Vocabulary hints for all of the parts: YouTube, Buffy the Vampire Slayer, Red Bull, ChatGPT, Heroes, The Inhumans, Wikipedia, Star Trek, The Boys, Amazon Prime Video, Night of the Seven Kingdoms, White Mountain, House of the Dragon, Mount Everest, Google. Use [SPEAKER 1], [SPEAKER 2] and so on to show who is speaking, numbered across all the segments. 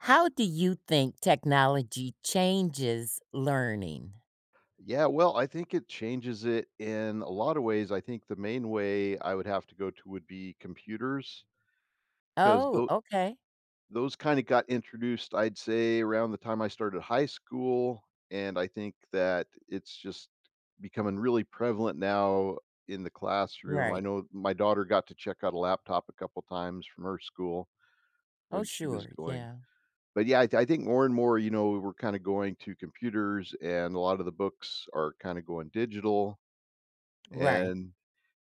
[SPEAKER 1] How do you think technology changes learning?
[SPEAKER 2] Yeah, well, I think it changes it in a lot of ways. I think the main way I would have to go to would be computers because
[SPEAKER 1] Oh, okay.
[SPEAKER 2] those kind of got introduced, I'd say, around the time I started high school. And I think that it's just becoming really prevalent now in the classroom. I
[SPEAKER 1] Right.
[SPEAKER 2] know my daughter got to check out a laptop a couple times from her school
[SPEAKER 1] Oh,
[SPEAKER 2] when she was
[SPEAKER 1] sure.
[SPEAKER 2] going.
[SPEAKER 1] Yeah.
[SPEAKER 2] But yeah, I think more and more, you know, we're kind of going to computers and a lot of the books are kind of going digital.
[SPEAKER 1] Right.
[SPEAKER 2] And,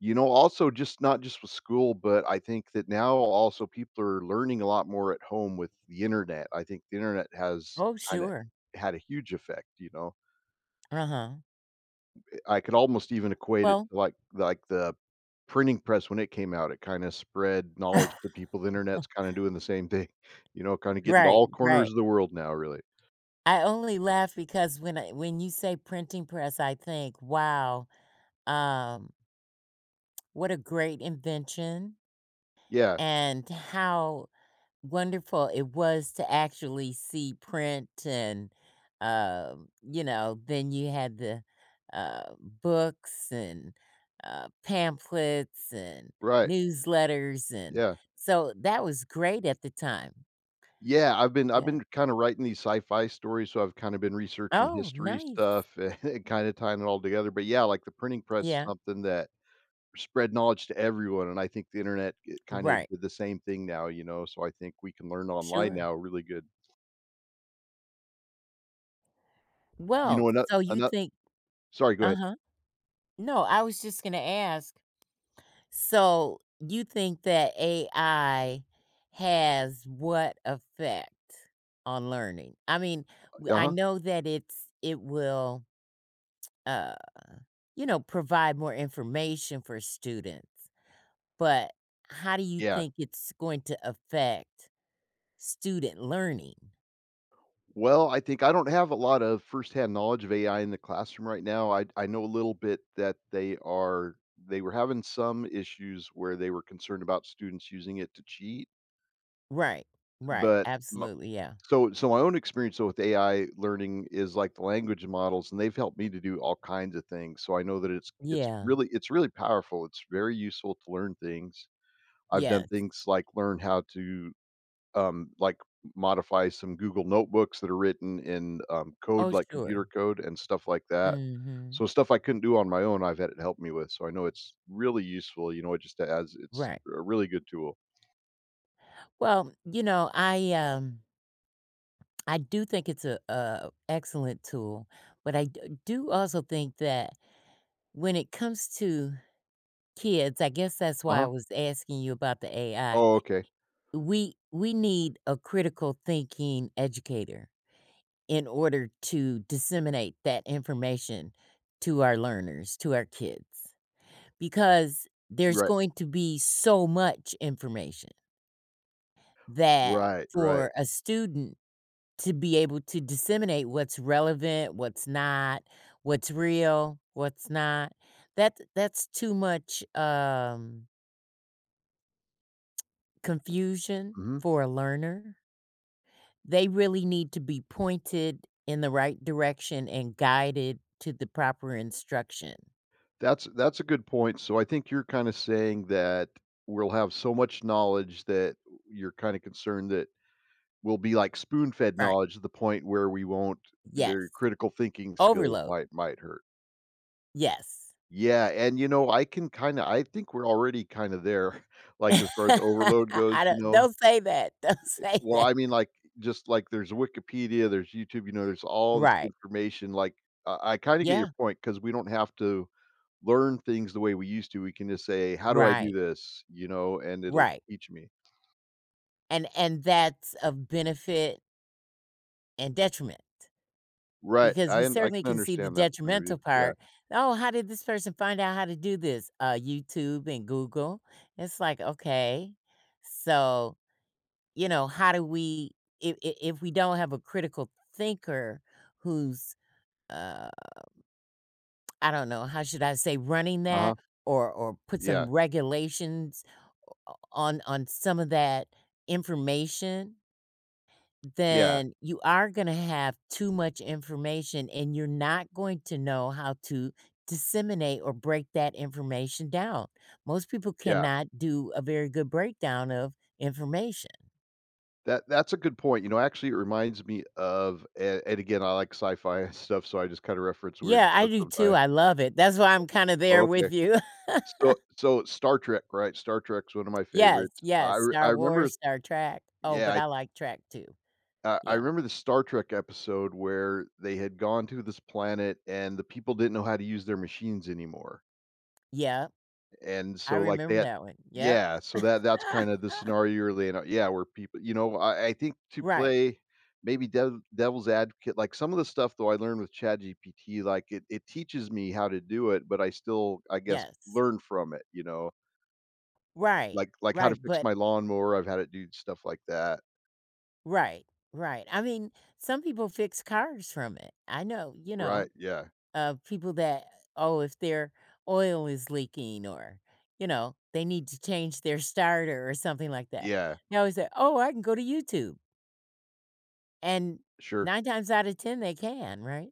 [SPEAKER 2] you know, also just not just with school, but I think that now also people are learning a lot more at home with the internet. I think the internet has
[SPEAKER 1] Oh,
[SPEAKER 2] kind of
[SPEAKER 1] sure.
[SPEAKER 2] had a huge effect, you know.
[SPEAKER 1] Uh-huh.
[SPEAKER 2] I could almost even equate it
[SPEAKER 1] Well,
[SPEAKER 2] to like the printing press. When it came out, it kind of spread knowledge to people. The internet's kind of doing the same thing, you know, kind of getting to
[SPEAKER 1] right,
[SPEAKER 2] all corners
[SPEAKER 1] right.
[SPEAKER 2] of the world now, really.
[SPEAKER 1] I only laugh because when you say printing press, I think, wow, um, what a great invention
[SPEAKER 2] Yeah,
[SPEAKER 1] and how wonderful it was to actually see print, and, you know, then you had the, books and, pamphlets and
[SPEAKER 2] right.
[SPEAKER 1] newsletters, and
[SPEAKER 2] Yeah.
[SPEAKER 1] so that was great at the time.
[SPEAKER 2] Yeah, I've been I've
[SPEAKER 1] Yeah.
[SPEAKER 2] been kinda writing these sci-fi stories, so I've kinda been researching
[SPEAKER 1] Oh,
[SPEAKER 2] history
[SPEAKER 1] nice.
[SPEAKER 2] stuff and kinda tying it all together. But yeah, like, the printing press is
[SPEAKER 1] Yeah.
[SPEAKER 2] something that spread knowledge to everyone, and I think the internet kinda
[SPEAKER 1] Right.
[SPEAKER 2] did the same thing now, you know, so I think we can learn online
[SPEAKER 1] Sure.
[SPEAKER 2] now really good. You
[SPEAKER 1] Well,
[SPEAKER 2] know, another
[SPEAKER 1] so you
[SPEAKER 2] another.
[SPEAKER 1] think
[SPEAKER 2] Sorry, go ahead.
[SPEAKER 1] Uh-huh. No, I was just gonna ask. So, you think that AI has what effect on learning? I mean, w I
[SPEAKER 2] Uh-huh,
[SPEAKER 1] know that it will, uh, you know, provide more information for students, but how do you
[SPEAKER 2] yeah.
[SPEAKER 1] think it's going to affect student learning?
[SPEAKER 2] Well, I think I don't have a lot of firsthand knowledge of AI in the classroom right now. I know a little bit that they were having some issues where they were concerned about students using it to cheat.
[SPEAKER 1] Right, right,
[SPEAKER 2] But my,
[SPEAKER 1] absolutely, yeah.
[SPEAKER 2] so my own experience, though, with AI learning is, like, the language models, and they've helped me to do all kinds of things, so I know that it's it's
[SPEAKER 1] Yeah,
[SPEAKER 2] really it's really powerful, it's very useful to learn things. I've done
[SPEAKER 1] yes.
[SPEAKER 2] things like learn how to, like, modify some Google notebooks that are written in,
[SPEAKER 1] Oh,
[SPEAKER 2] code, like
[SPEAKER 1] sure.
[SPEAKER 2] computer code and stuff like that. So
[SPEAKER 1] Mhm.
[SPEAKER 2] stuff I couldn't do on my own, I've had it help me with, so I know it's really useful, you know, it just has it's
[SPEAKER 1] Right.
[SPEAKER 2] a really good tool.
[SPEAKER 1] Well, you know, I do think it's a excellent tool, but I do also think that when it comes to kids, I guess that's why I
[SPEAKER 2] Uh-huh.
[SPEAKER 1] was asking you about the AI.
[SPEAKER 2] Oh, okay.
[SPEAKER 1] We need a critical thinking educator in order to disseminate that information to our learners, to our kids, because there's
[SPEAKER 2] Right.
[SPEAKER 1] going to be so much information that
[SPEAKER 2] Right, right.
[SPEAKER 1] for a student to be able to disseminate what's relevant, what's not, what's real, what's not. That's too much, confusion
[SPEAKER 2] Mhm.
[SPEAKER 1] for a learner. They really need to be pointed in the right direction and guided to the proper instruction.
[SPEAKER 2] That's a good point. So I think you're kind of saying that we'll have so much knowledge that you're kind of concerned that we'll be like spoon-fed
[SPEAKER 1] Right.
[SPEAKER 2] knowledge to the point where we won't, their
[SPEAKER 1] Yes.
[SPEAKER 2] critical thinking skills
[SPEAKER 1] Overload.
[SPEAKER 2] might hurt.
[SPEAKER 1] Yes.
[SPEAKER 2] Yeah, and you know, I can kind of I think we're already kind of there, like as far as overload
[SPEAKER 1] I
[SPEAKER 2] goes, you
[SPEAKER 1] don't
[SPEAKER 2] know.
[SPEAKER 1] don't say that, don't say
[SPEAKER 2] Well,
[SPEAKER 1] that.
[SPEAKER 2] I mean, like, just like there's Wikipedia, there's YouTube, you know, there's all this
[SPEAKER 1] Right.
[SPEAKER 2] information like I kind of get your
[SPEAKER 1] Yeah.
[SPEAKER 2] point because we don't have to learn things the way we used to. We can just say, "How do I do
[SPEAKER 1] Right.
[SPEAKER 2] this?" You know, and it'll
[SPEAKER 1] Right.
[SPEAKER 2] teach me.
[SPEAKER 1] And that's of benefit and detriment,
[SPEAKER 2] Right,
[SPEAKER 1] because we
[SPEAKER 2] I
[SPEAKER 1] certainly
[SPEAKER 2] can
[SPEAKER 1] can see the
[SPEAKER 2] understand that point of view.
[SPEAKER 1] detrimental
[SPEAKER 2] Yeah.
[SPEAKER 1] part. "Oh, how did this person find out how to do this?" YouTube and Google. It's like, okay, so, you know, how do we if we don't have a critical thinker who's, uh, I don't know, how should I say, running
[SPEAKER 2] Uh-huh.
[SPEAKER 1] that or put
[SPEAKER 2] Yeah.
[SPEAKER 1] some regulations o on some of that information,
[SPEAKER 2] Yeah.
[SPEAKER 1] then you are going to have too much information and you're not going to know how to disseminate or break that information down. Most people
[SPEAKER 2] Yeah.
[SPEAKER 1] cannot do a very good breakdown of information.
[SPEAKER 2] That's a good point. You know, actually, it reminds me of a and again, I like sci-fi and stuff, so I just kinda reference weird
[SPEAKER 1] Yeah, I
[SPEAKER 2] stuff
[SPEAKER 1] do too.
[SPEAKER 2] sometimes.
[SPEAKER 1] I love it. That's why I'm kind of
[SPEAKER 2] Oh,
[SPEAKER 1] there
[SPEAKER 2] okay.
[SPEAKER 1] with you.
[SPEAKER 2] So Star Trek, right? Star Trek's one of my
[SPEAKER 1] Yes,
[SPEAKER 2] favorites.
[SPEAKER 1] yes.
[SPEAKER 2] I
[SPEAKER 1] Star
[SPEAKER 2] remember,
[SPEAKER 1] Wars, Star Trek. Oh,
[SPEAKER 2] yeah,
[SPEAKER 1] but I like Trek too.
[SPEAKER 2] I
[SPEAKER 1] Yeah.
[SPEAKER 2] remember the Star Trek episode where they had gone to this planet and the people didn't know how to use their machines anymore.
[SPEAKER 1] Yeah.
[SPEAKER 2] And
[SPEAKER 1] I
[SPEAKER 2] so, like,
[SPEAKER 1] remember
[SPEAKER 2] that.
[SPEAKER 1] that one. Yep.
[SPEAKER 2] Yeah, so that that's kinda the scenario you're laying out, yeah, where people, you know, I think to
[SPEAKER 1] right.
[SPEAKER 2] play maybe devil's advocate, like, some of the stuff, though, I learned with ChatGPT, like, it teaches me how to do it, but I still, I guess,
[SPEAKER 1] Yes.
[SPEAKER 2] learn from it, you know?
[SPEAKER 1] Right.
[SPEAKER 2] Like how to
[SPEAKER 1] Right.
[SPEAKER 2] fix
[SPEAKER 1] But
[SPEAKER 2] my lawnmower, I've had it do stuff like that.
[SPEAKER 1] right, right. I mean, some people fix cars from it. I know, you
[SPEAKER 2] Right,
[SPEAKER 1] know,
[SPEAKER 2] yeah.
[SPEAKER 1] people that, oh, if their oil is leaking or, you know, they need to change their starter or something like that.
[SPEAKER 2] Yeah,
[SPEAKER 1] They always say, oh, I can go to YouTube. And
[SPEAKER 2] sure.
[SPEAKER 1] nine times out of 10, they can, right?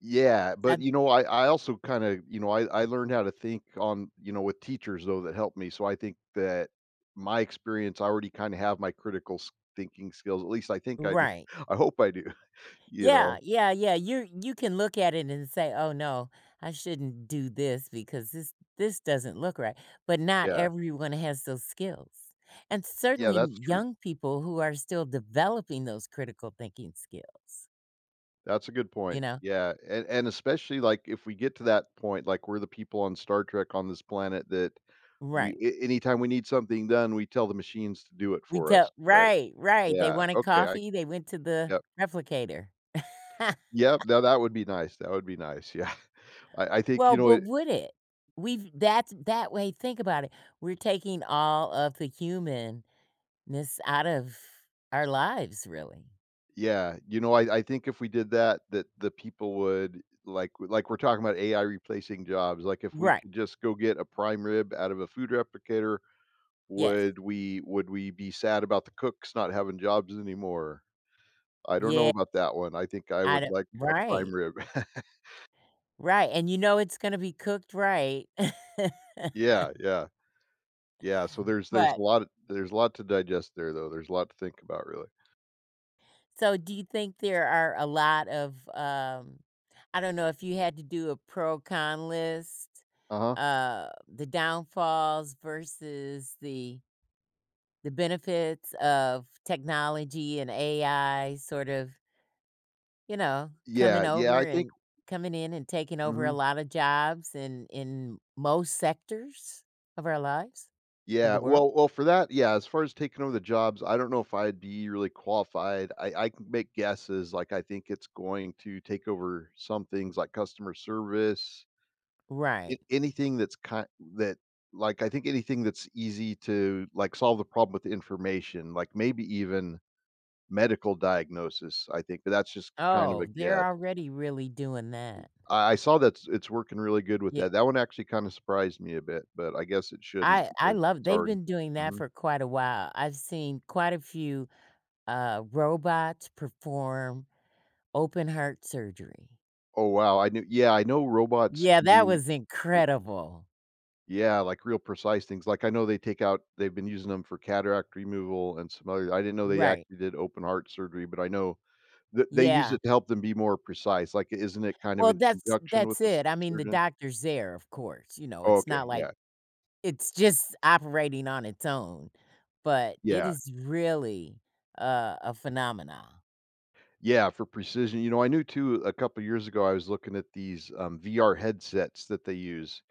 [SPEAKER 2] Yeah, but,
[SPEAKER 1] Some-
[SPEAKER 2] you know, I also kinda you know, I learned how to think on, you know, with teachers, though, that helped me, so I think that my experience, I already kinda have my critical s thinking skills, at least I think I do.
[SPEAKER 1] right.
[SPEAKER 2] I hope I do, you
[SPEAKER 1] Yeah,
[SPEAKER 2] know?
[SPEAKER 1] yeah, yeah, you can look at it and say, "Oh, no, I shouldn't do this because this doesn't look right," but not
[SPEAKER 2] Yeah.
[SPEAKER 1] everyone has those skills, and
[SPEAKER 2] Yeah,
[SPEAKER 1] certainly
[SPEAKER 2] that's true.
[SPEAKER 1] young people who are still developing those critical thinking skills,
[SPEAKER 2] That's a good
[SPEAKER 1] you
[SPEAKER 2] point.
[SPEAKER 1] know?
[SPEAKER 2] Yeah, and especially, like, if we get to that point, like, we're the people on Star Trek on this planet that we
[SPEAKER 1] Right.
[SPEAKER 2] a anytime we need something done, we tell the machines to do it
[SPEAKER 1] We
[SPEAKER 2] for us,
[SPEAKER 1] tell
[SPEAKER 2] right?
[SPEAKER 1] right, right, they
[SPEAKER 2] Yeah,
[SPEAKER 1] wanted
[SPEAKER 2] okay, I,
[SPEAKER 1] coffee, they went to the
[SPEAKER 2] yeah.
[SPEAKER 1] replicator.
[SPEAKER 2] Yep, now that would be nice, that would be nice, yeah. I think, you
[SPEAKER 1] Well,
[SPEAKER 2] know,
[SPEAKER 1] but
[SPEAKER 2] it
[SPEAKER 1] would it? We've that's that way think about it, we're taking all of the human miss out of our lives, really.
[SPEAKER 2] yeah, you know, I think if we did that, that the people would like, we're talking about AI replacing jobs, like, if we
[SPEAKER 1] Right,
[SPEAKER 2] could just go get a prime rib out of a food replicator,
[SPEAKER 1] yes.
[SPEAKER 2] would we be sad about the cooks not having jobs anymore? I don't know
[SPEAKER 1] Yeah,
[SPEAKER 2] about that one, I think I
[SPEAKER 1] I
[SPEAKER 2] would
[SPEAKER 1] don't
[SPEAKER 2] like a prime
[SPEAKER 1] right,
[SPEAKER 2] rib.
[SPEAKER 1] right, and you know it's gonna be cooked right.
[SPEAKER 2] Yeah, yeah, yeah, so
[SPEAKER 1] But
[SPEAKER 2] there's a lot to digest there, though, there's a lot to think about, really.
[SPEAKER 1] so, do you think there are a lot of, I don't know if you had to do a pro con list,
[SPEAKER 2] Uh-huh.
[SPEAKER 1] uh, the downfalls versus the benefits of technology and AI sort of. You know, coming
[SPEAKER 2] Yeah, yeah, I
[SPEAKER 1] over
[SPEAKER 2] think
[SPEAKER 1] and coming in and taking over a
[SPEAKER 2] mhm.
[SPEAKER 1] lot of jobs in most sectors of our lives, of
[SPEAKER 2] Yeah,
[SPEAKER 1] the world.
[SPEAKER 2] well, for that, yeah, as far as taking over the jobs, I don't know if I'd be really qualified. I can make guesses, like, I think it's going to take over some things like customer service, a
[SPEAKER 1] Right.
[SPEAKER 2] anything that's kind that, like, I think anything that's easy to, like, solve the problem with information, like, maybe even medical diagnosis, I think, but that's just kind of a
[SPEAKER 1] Oh, they're
[SPEAKER 2] guess.
[SPEAKER 1] already really doing that.
[SPEAKER 2] I saw that it's working really good with
[SPEAKER 1] Yeah,
[SPEAKER 2] that. That one actually kinda surprised me a bit, but I guess it shouldn't
[SPEAKER 1] I
[SPEAKER 2] because
[SPEAKER 1] love
[SPEAKER 2] it's
[SPEAKER 1] they've
[SPEAKER 2] already
[SPEAKER 1] been doing that
[SPEAKER 2] mhm.
[SPEAKER 1] for quite a while. I've seen quite a few, robots perform open heart surgery.
[SPEAKER 2] Oh, wow, I knew, yeah, I know robots
[SPEAKER 1] Yeah,
[SPEAKER 2] can
[SPEAKER 1] that
[SPEAKER 2] do,
[SPEAKER 1] was incredible.
[SPEAKER 2] yeah, like, real precise things, like, I know they take out they've been using them for cataract removal and some other I didn't know they
[SPEAKER 1] Right.
[SPEAKER 2] actually did open heart surgery, but I know th they use
[SPEAKER 1] Yeah.
[SPEAKER 2] it to help them be more precise, like, isn't it kind of
[SPEAKER 1] Well,
[SPEAKER 2] in
[SPEAKER 1] that's
[SPEAKER 2] conjunction with
[SPEAKER 1] that's
[SPEAKER 2] the s
[SPEAKER 1] it. I mean, the
[SPEAKER 2] surgeon?
[SPEAKER 1] doctor's there, of course, you know,
[SPEAKER 2] Oh,
[SPEAKER 1] it's
[SPEAKER 2] okay,
[SPEAKER 1] not like
[SPEAKER 2] yeah,
[SPEAKER 1] it's just operating on its own, but it
[SPEAKER 2] yeah,
[SPEAKER 1] is really, a phenomena.
[SPEAKER 2] yeah, for precision, you know, I knew too, a couple years ago, I was looking at these, VR headsets that they use,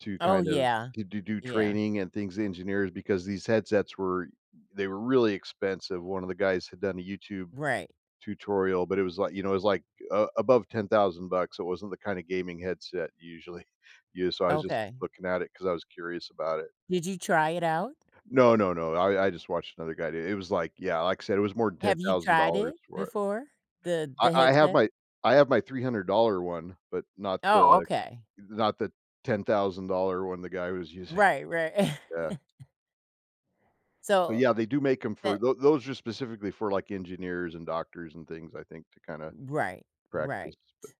[SPEAKER 2] to
[SPEAKER 1] Oh,
[SPEAKER 2] kind of
[SPEAKER 1] yeah,
[SPEAKER 2] to do
[SPEAKER 1] yeah,
[SPEAKER 2] training and things to engineers because these headsets were, they were really expensive. One of the guys had done a YouTube
[SPEAKER 1] right,
[SPEAKER 2] tutorial, but it was like, you know, it was like, above 10,000 bucks. It wasn't the kind of gaming headset you usually use, so I was just
[SPEAKER 1] okay.
[SPEAKER 2] looking at it because I was curious about it.
[SPEAKER 1] Did you try it out?
[SPEAKER 2] No, I just watched another guy do it. It was like, yeah, like I said, it was more than
[SPEAKER 1] Have you tried
[SPEAKER 2] $10,000
[SPEAKER 1] it
[SPEAKER 2] for it.
[SPEAKER 1] before?
[SPEAKER 2] I
[SPEAKER 1] The
[SPEAKER 2] I have
[SPEAKER 1] headset?
[SPEAKER 2] my I have my $300 one, but not
[SPEAKER 1] Oh,
[SPEAKER 2] the,
[SPEAKER 1] okay.
[SPEAKER 2] not the $10,000 one the guy was using.
[SPEAKER 1] Right, right.
[SPEAKER 2] Yeah. But
[SPEAKER 1] So,
[SPEAKER 2] yeah, they do make them for
[SPEAKER 1] that
[SPEAKER 2] those are specifically for, like, engineers and doctors and things, I think, to kinda
[SPEAKER 1] right,
[SPEAKER 2] practice,
[SPEAKER 1] right.
[SPEAKER 2] but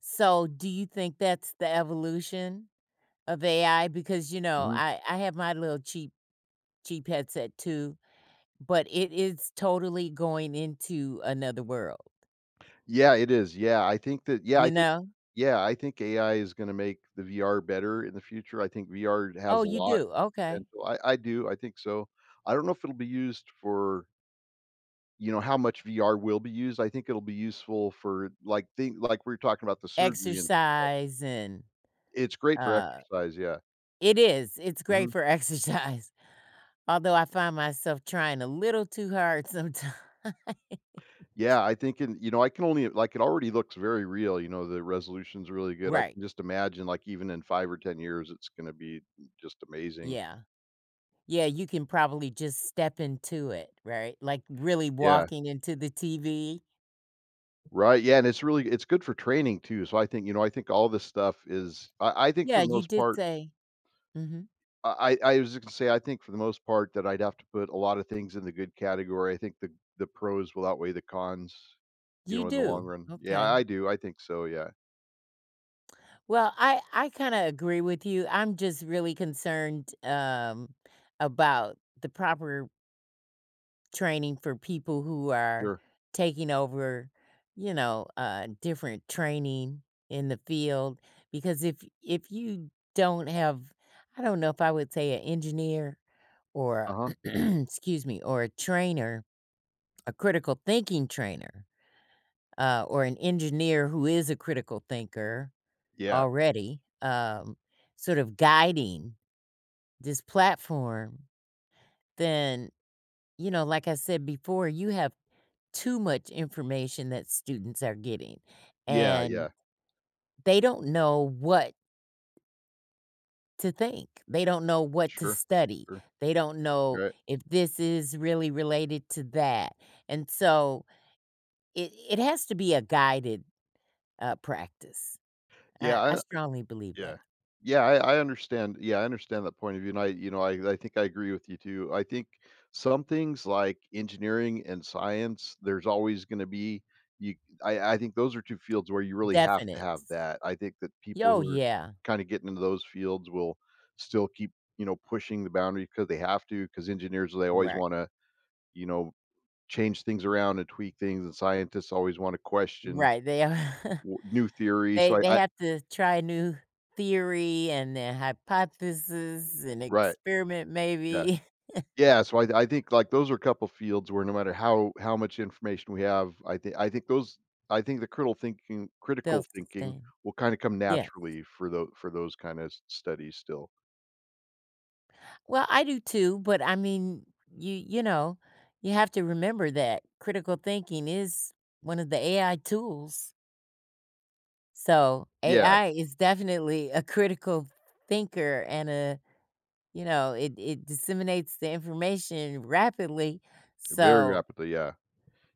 [SPEAKER 1] So, do you think that's the evolution of AI? Because, you know,
[SPEAKER 2] Mhm.
[SPEAKER 1] I have my little cheap headset too. But it is totally going into another world,
[SPEAKER 2] Yeah, it is, yeah, I think that
[SPEAKER 1] you know?
[SPEAKER 2] yeah, I think AI is gonna make the VR better in the future, I think VR
[SPEAKER 1] Oh,
[SPEAKER 2] has a
[SPEAKER 1] you
[SPEAKER 2] lot
[SPEAKER 1] do?
[SPEAKER 2] of
[SPEAKER 1] Okay.
[SPEAKER 2] potential, I do, I think so. I don't know if it'll be used for, you know, how much VR will be used, I think it'll be useful for, like, thing like, we were talking about the surgery and s,
[SPEAKER 1] Exercise and,
[SPEAKER 2] it's great for
[SPEAKER 1] uh
[SPEAKER 2] exercise, yeah.
[SPEAKER 1] it is, it's great
[SPEAKER 2] Mhm.
[SPEAKER 1] for exercise, although I find myself trying a little too hard sometimes.
[SPEAKER 2] Yeah, I think in, you know, I can only, like, it already looks very real, you know, the resolution's really good. I
[SPEAKER 1] Right.
[SPEAKER 2] can just imagine, like, even in 5 or 10 years, it's gonna be just amazing.
[SPEAKER 1] Yeah. Yeah, you can probably just step into it, right? Like, really
[SPEAKER 2] Yeah.
[SPEAKER 1] walking into the TV.
[SPEAKER 2] Right, yeah, and it's really it's good for training too, so I think, you know, I think all this stuff is, I think for
[SPEAKER 1] Yeah,
[SPEAKER 2] the
[SPEAKER 1] you
[SPEAKER 2] most
[SPEAKER 1] did
[SPEAKER 2] part
[SPEAKER 1] say Mhm.
[SPEAKER 2] I was just gonna say, I think for the most part that I'd have to put a lot of things in the good category. I think the pros will outweigh the cons, you
[SPEAKER 1] You
[SPEAKER 2] know, in the long
[SPEAKER 1] do?
[SPEAKER 2] run. Yeah, I
[SPEAKER 1] Okay.
[SPEAKER 2] do, I think so, yeah.
[SPEAKER 1] Well, I kinda agree with you. I'm just really concerned, about the proper training for people who are
[SPEAKER 2] Sure.
[SPEAKER 1] taking over, you know, different training in the field, because if you don't have I don't know if I would say an engineer or
[SPEAKER 2] Uh-huh.
[SPEAKER 1] excuse me, or a trainer, a critical thinking trainer, or an engineer who is a critical thinker
[SPEAKER 2] Yeah.
[SPEAKER 1] already, sort of guiding this platform, then, you know, like I said before, you have too much information that students are getting,
[SPEAKER 2] Yeah,
[SPEAKER 1] and
[SPEAKER 2] yeah.
[SPEAKER 1] they don't know what to think. They don't know what to
[SPEAKER 2] Sure.
[SPEAKER 1] study.
[SPEAKER 2] Sure.
[SPEAKER 1] They don't know
[SPEAKER 2] Right.
[SPEAKER 1] if this is really related to that, and so it has to be a guided, practice.
[SPEAKER 2] Yeah,
[SPEAKER 1] I
[SPEAKER 2] I,
[SPEAKER 1] strongly believe
[SPEAKER 2] yeah.
[SPEAKER 1] that.
[SPEAKER 2] Yeah, I understand, yeah, I understand that point of view, and I, you know, I think I agree with you too. I think some things like engineering and science, there's always gonna be, you I think those are 2 fields where you really have to have
[SPEAKER 1] Definites.
[SPEAKER 2] that. I think that people
[SPEAKER 1] Yo,
[SPEAKER 2] who are
[SPEAKER 1] yeah.
[SPEAKER 2] kinda getting into those fields will still keep, you know, pushing the boundary because they have to. Because engineers, they always
[SPEAKER 1] Right.
[SPEAKER 2] wanna, you know, change things around and tweak things, and scientists always wanna question
[SPEAKER 1] Right, they are.
[SPEAKER 2] w new theories, so
[SPEAKER 1] They
[SPEAKER 2] I.
[SPEAKER 1] have to try new theory and their hypothesis and
[SPEAKER 2] Right.
[SPEAKER 1] experiment
[SPEAKER 2] Yeah.
[SPEAKER 1] maybe.
[SPEAKER 2] Yeah, so I think, like, those are a couple fields where no matter how much information we have, I think the
[SPEAKER 1] They'll
[SPEAKER 2] critical thinking
[SPEAKER 1] sustain.
[SPEAKER 2] will kinda come
[SPEAKER 1] Yeah.
[SPEAKER 2] naturally for those, for those kinda studies still.
[SPEAKER 1] Well, I do too, but I mean, you know, you have to remember that critical thinking is one of the AI tools. So,
[SPEAKER 2] Yeah,
[SPEAKER 1] AI is definitely a critical thinker and a you know, it disseminates the information rapidly.
[SPEAKER 2] very
[SPEAKER 1] So,
[SPEAKER 2] rapidly, yeah.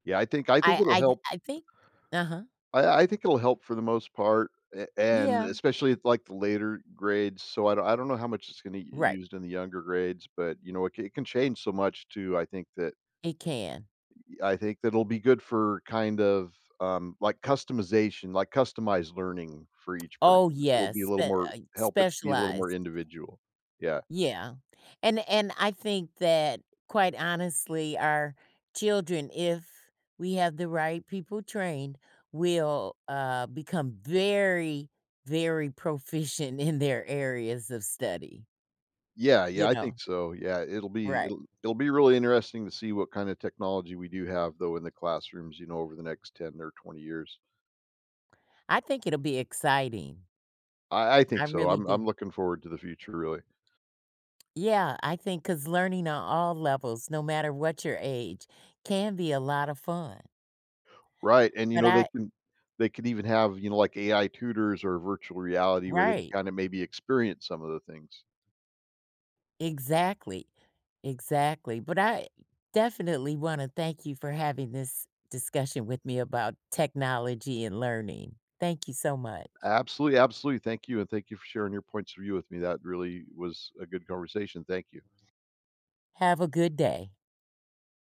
[SPEAKER 2] Yeah, I think
[SPEAKER 1] I
[SPEAKER 2] it'll
[SPEAKER 1] I
[SPEAKER 2] help,
[SPEAKER 1] I think Uh-huh.
[SPEAKER 2] I think it'll help for the most part, a and
[SPEAKER 1] Yeah.
[SPEAKER 2] especially at, like, the later grades, so I don't know how much it's gonna be
[SPEAKER 1] Right.
[SPEAKER 2] used in the younger grades, but, you know, it can change so much too, I think that
[SPEAKER 1] It can.
[SPEAKER 2] I think that'll be good for kind of, like customization, like customized learning for each
[SPEAKER 1] Oh,
[SPEAKER 2] person. It'll
[SPEAKER 1] yes,
[SPEAKER 2] be a little more help, it be a little more
[SPEAKER 1] specialized.
[SPEAKER 2] individual. Yeah.
[SPEAKER 1] Yeah, and I think that, quite honestly, our children, if we have the right people trained, will, become very, very proficient in their areas of study,
[SPEAKER 2] Yeah, yeah,
[SPEAKER 1] you
[SPEAKER 2] I
[SPEAKER 1] know?
[SPEAKER 2] think so. Yeah,
[SPEAKER 1] Right.
[SPEAKER 2] it'll be really interesting to see what kind of technology we do have though in the classrooms, you know, over the next 10 or 20 years.
[SPEAKER 1] I think it'll be exciting.
[SPEAKER 2] I
[SPEAKER 1] I
[SPEAKER 2] think so.
[SPEAKER 1] really
[SPEAKER 2] I'm
[SPEAKER 1] do.
[SPEAKER 2] looking forward to the future really.
[SPEAKER 1] Yeah, I think because learning on all levels, no matter what your age, can be a lot of fun,
[SPEAKER 2] Right, and you
[SPEAKER 1] but
[SPEAKER 2] know,
[SPEAKER 1] I
[SPEAKER 2] they could even have, you know, like AI tutors or virtual reality where they can
[SPEAKER 1] Right.
[SPEAKER 2] kind of maybe experience some of the things.
[SPEAKER 1] Exactly. Exactly. But I definitely wanna thank you for having this discussion with me about technology and learning. Thank you so much.
[SPEAKER 2] Absolutely, absolutely. Thank you, and thank you for sharing your points of view with me. That really was a good conversation. Thank you.
[SPEAKER 1] Have a good day.